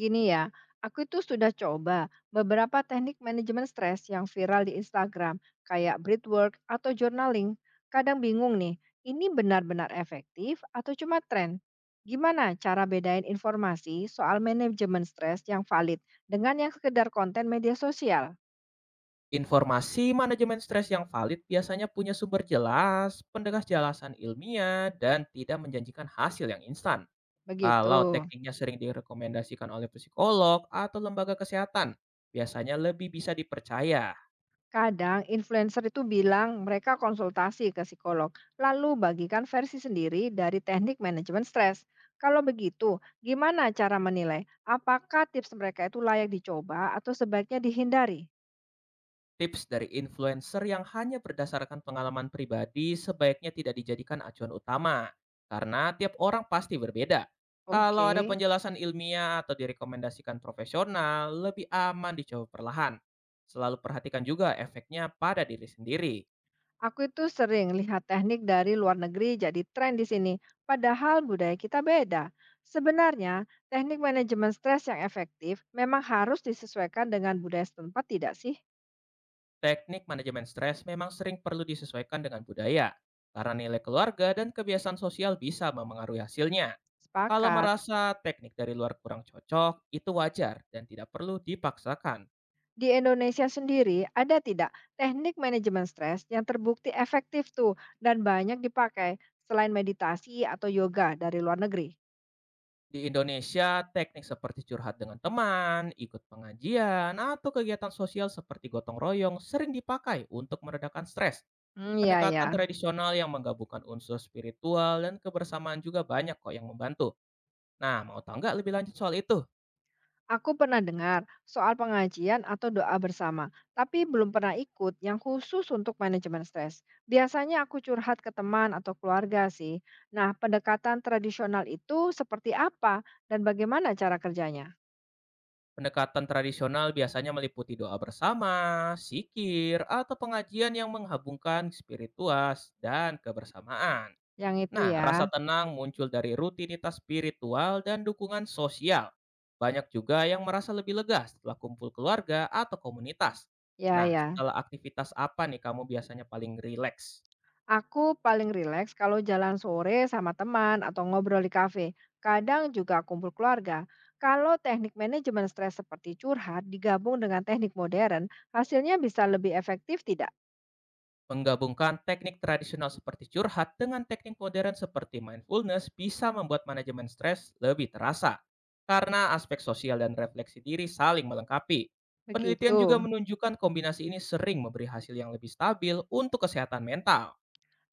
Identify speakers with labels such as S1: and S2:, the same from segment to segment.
S1: Gini ya, aku itu sudah coba beberapa teknik manajemen stres yang viral di Instagram, kayak breathwork atau journaling. Kadang bingung nih, ini benar-benar efektif atau cuma tren? Gimana cara bedain informasi soal manajemen stres yang valid dengan yang sekedar konten media sosial?
S2: Informasi manajemen stres yang valid biasanya punya sumber jelas, pendekas jelasan ilmiah, dan tidak menjanjikan hasil yang instan.
S1: Begitu.
S2: Kalau tekniknya sering direkomendasikan oleh psikolog atau lembaga kesehatan, biasanya lebih bisa dipercaya.
S1: Kadang influencer itu bilang mereka konsultasi ke psikolog, lalu bagikan versi sendiri dari teknik manajemen stres. Kalau begitu, gimana cara menilai apakah tips mereka itu layak dicoba atau sebaiknya dihindari?
S2: Tips dari influencer yang hanya berdasarkan pengalaman pribadi sebaiknya tidak dijadikan acuan utama, karena tiap orang pasti berbeda. Kalau ada
S1: Oke,
S2: penjelasan ilmiah atau direkomendasikan profesional, lebih aman dicoba perlahan. Selalu perhatikan juga efeknya pada diri sendiri.
S1: aku itu sering lihat teknik dari luar negeri jadi tren di sini, padahal budaya kita beda. Sebenarnya, teknik manajemen stres yang efektif memang harus disesuaikan dengan budaya setempat tidak sih?
S2: Teknik manajemen stres memang sering perlu disesuaikan dengan budaya, karena nilai keluarga dan kebiasaan sosial bisa memengaruhi hasilnya. Kalau
S1: Sepakat.
S2: merasa teknik dari luar kurang cocok, itu wajar dan tidak perlu dipaksakan.
S1: Di Indonesia sendiri, ada tidak teknik manajemen stres yang terbukti efektif tuh dan banyak dipakai selain meditasi atau yoga dari luar negeri?
S2: Di Indonesia, teknik seperti curhat dengan teman, ikut pengajian, atau kegiatan sosial seperti gotong royong sering dipakai untuk meredakan stres.
S1: Hmm, ya
S2: Pendekatan
S1: ya.
S2: tradisional yang menggabungkan unsur spiritual dan kebersamaan juga banyak kok yang membantu. Nah, mau tahu nggak lebih lanjut soal itu?
S1: Aku pernah dengar soal pengajian atau doa bersama, tapi belum pernah ikut yang khusus untuk manajemen stres. Biasanya aku curhat ke teman atau keluarga sih. Nah, pendekatan tradisional itu seperti apa dan bagaimana cara kerjanya?
S2: Pendekatan tradisional biasanya meliputi doa bersama, sikir, atau pengajian yang menggabungkan spiritual dan kebersamaan.
S1: Yang itu
S2: Nah,
S1: ya.
S2: rasa tenang muncul dari rutinitas spiritual dan dukungan sosial. Banyak juga yang merasa lebih lega setelah kumpul keluarga atau komunitas.
S1: Ya
S2: Nah,
S1: ya.
S2: setelah aktivitas apa nih kamu biasanya paling rileks?
S1: Aku paling rileks kalau jalan sore sama teman atau ngobrol di kafe. Kadang juga kumpul keluarga. Kalau teknik manajemen stres seperti curhat digabung dengan teknik modern, hasilnya bisa lebih efektif tidak?
S2: Menggabungkan teknik tradisional seperti curhat dengan teknik modern seperti mindfulness bisa membuat manajemen stres lebih terasa. Karena aspek sosial dan refleksi diri saling melengkapi. Penelitian juga
S1: Begitu.
S2: menunjukkan kombinasi ini sering memberi hasil yang lebih stabil untuk kesehatan mental.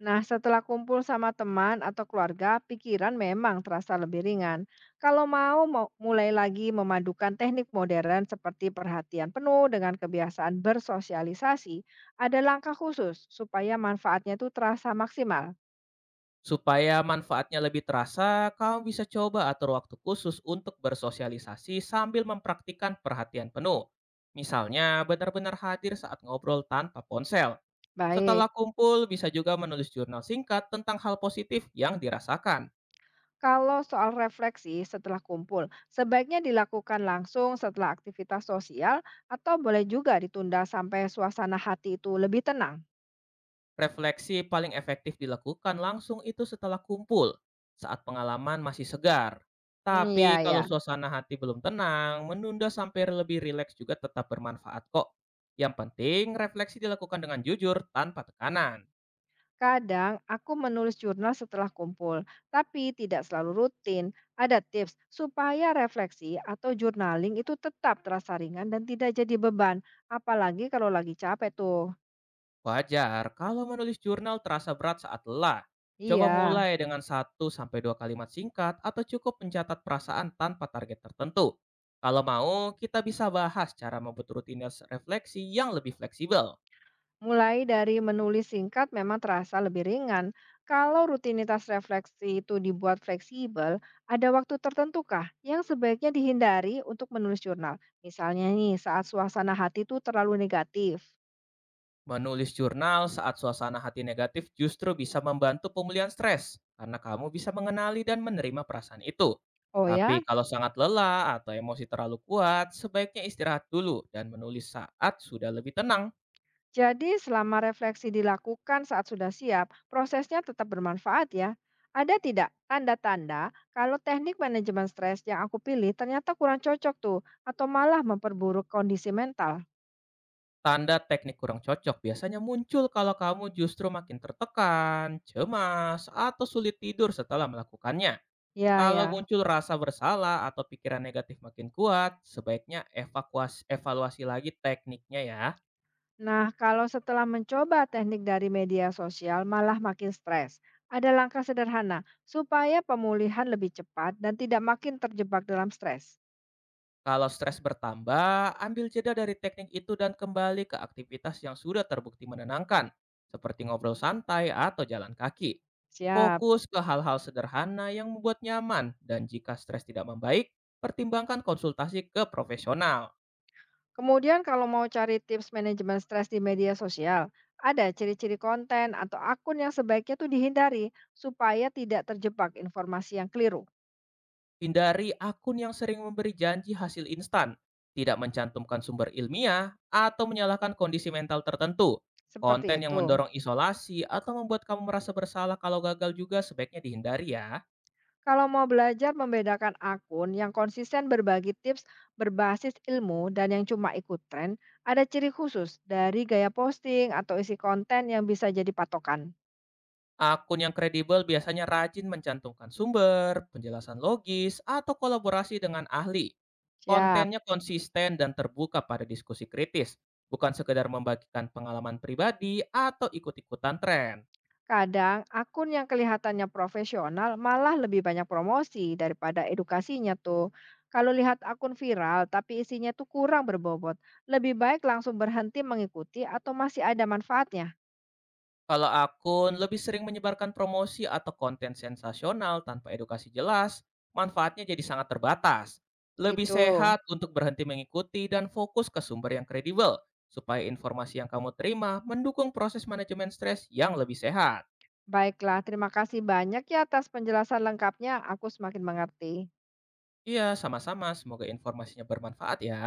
S1: Nah, setelah kumpul sama teman atau keluarga, pikiran memang terasa lebih ringan. Kalau mau mau- mulai lagi memadukan teknik modern seperti perhatian penuh dengan kebiasaan bersosialisasi, ada langkah khusus supaya manfaatnya itu terasa maksimal.
S2: Supaya manfaatnya lebih terasa, kamu bisa coba atur waktu khusus untuk bersosialisasi sambil mempraktikkan perhatian penuh. Misalnya, benar-benar hadir saat ngobrol tanpa ponsel. Setelah
S1: Baik,
S2: kumpul, bisa juga menulis jurnal singkat tentang hal positif yang dirasakan.
S1: kalau soal refleksi setelah kumpul, sebaiknya dilakukan langsung setelah aktivitas sosial atau boleh juga ditunda sampai suasana hati itu lebih tenang.
S2: Refleksi paling efektif dilakukan langsung itu setelah kumpul, saat pengalaman masih segar.
S1: Hmm,
S2: Tapi
S1: ya,
S2: kalau
S1: ya.
S2: suasana hati belum tenang, menunda sampai lebih rileks juga tetap bermanfaat kok. Yang penting, refleksi dilakukan dengan jujur tanpa tekanan.
S1: Kadang aku menulis jurnal setelah kumpul, tapi tidak selalu rutin. Ada tips supaya refleksi atau journaling itu tetap terasa ringan dan tidak jadi beban, apalagi kalau lagi capek tuh.
S2: Wajar kalau menulis jurnal terasa berat saat lelah. Coba
S1: Iya.
S2: mulai dengan satu sampai dua kalimat singkat atau cukup mencatat perasaan tanpa target tertentu. Kalau mau, kita bisa bahas cara membuat rutinitas refleksi yang lebih fleksibel.
S1: Mulai dari menulis singkat memang terasa lebih ringan. Kalau rutinitas refleksi itu dibuat fleksibel, ada waktu tertentu kah yang sebaiknya dihindari untuk menulis jurnal? Misalnya nih, saat suasana hati itu terlalu negatif.
S2: Menulis jurnal saat suasana hati negatif justru bisa membantu pemulihan stres, karena kamu bisa mengenali dan menerima perasaan itu.
S1: Oh ya,
S2: Tapi kalau sangat lelah atau emosi terlalu kuat, sebaiknya istirahat dulu dan menulis saat sudah lebih tenang.
S1: jadi selama refleksi dilakukan saat sudah siap, prosesnya tetap bermanfaat ya. Ada tidak tanda-tanda kalau teknik manajemen stres yang aku pilih ternyata kurang cocok tuh, atau malah memperburuk kondisi mental?
S2: Tanda teknik kurang cocok biasanya muncul kalau kamu justru makin tertekan, cemas, atau sulit tidur setelah melakukannya.
S1: Ya,
S2: Kalau
S1: ya.
S2: muncul rasa bersalah atau pikiran negatif makin kuat, sebaiknya evaluasi lagi tekniknya ya.
S1: Nah, kalau setelah mencoba teknik dari media sosial malah makin stres, ada langkah sederhana supaya pemulihan lebih cepat dan tidak makin terjebak dalam stres.
S2: Kalau stres bertambah, ambil jeda dari teknik itu dan kembali ke aktivitas yang sudah terbukti menenangkan, seperti ngobrol santai atau jalan kaki.
S1: Siap.
S2: Fokus ke hal-hal sederhana yang membuat nyaman, dan jika stres tidak membaik, pertimbangkan konsultasi ke profesional.
S1: Kemudian kalau mau cari tips manajemen stres di media sosial, ada ciri-ciri konten atau akun yang sebaiknya tuh dihindari supaya tidak terjebak informasi yang keliru.
S2: Hindari akun yang sering memberi janji hasil instan, tidak mencantumkan sumber ilmiah, atau menyalahkan kondisi mental tertentu.
S1: Seperti
S2: Konten yang
S1: itu.
S2: mendorong isolasi atau membuat kamu merasa bersalah kalau gagal juga sebaiknya dihindari ya.
S1: Kalau mau belajar membedakan akun yang konsisten berbagi tips berbasis ilmu dan yang cuma ikut tren, ada ciri khusus dari gaya posting atau isi konten yang bisa jadi patokan.
S2: Akun yang kredibel biasanya rajin mencantumkan sumber, penjelasan logis, atau kolaborasi dengan ahli.
S1: Siap.
S2: Kontennya konsisten dan terbuka pada diskusi kritis, bukan sekedar membagikan pengalaman pribadi atau ikut-ikutan tren.
S1: Kadang akun yang kelihatannya profesional malah lebih banyak promosi daripada edukasinya tuh. Kalau lihat akun viral tapi isinya tuh kurang berbobot, lebih baik langsung berhenti mengikuti atau masih ada manfaatnya.
S2: Kalau akun lebih sering menyebarkan promosi atau konten sensasional tanpa edukasi jelas, manfaatnya jadi sangat terbatas. Lebih
S1: Gitu.
S2: sehat untuk berhenti mengikuti dan fokus ke sumber yang kredibel, supaya informasi yang kamu terima mendukung proses manajemen stres yang lebih sehat.
S1: Baiklah, terima kasih banyak ya atas penjelasan lengkapnya. Aku semakin mengerti.
S2: Iya, sama-sama. Semoga informasinya bermanfaat ya.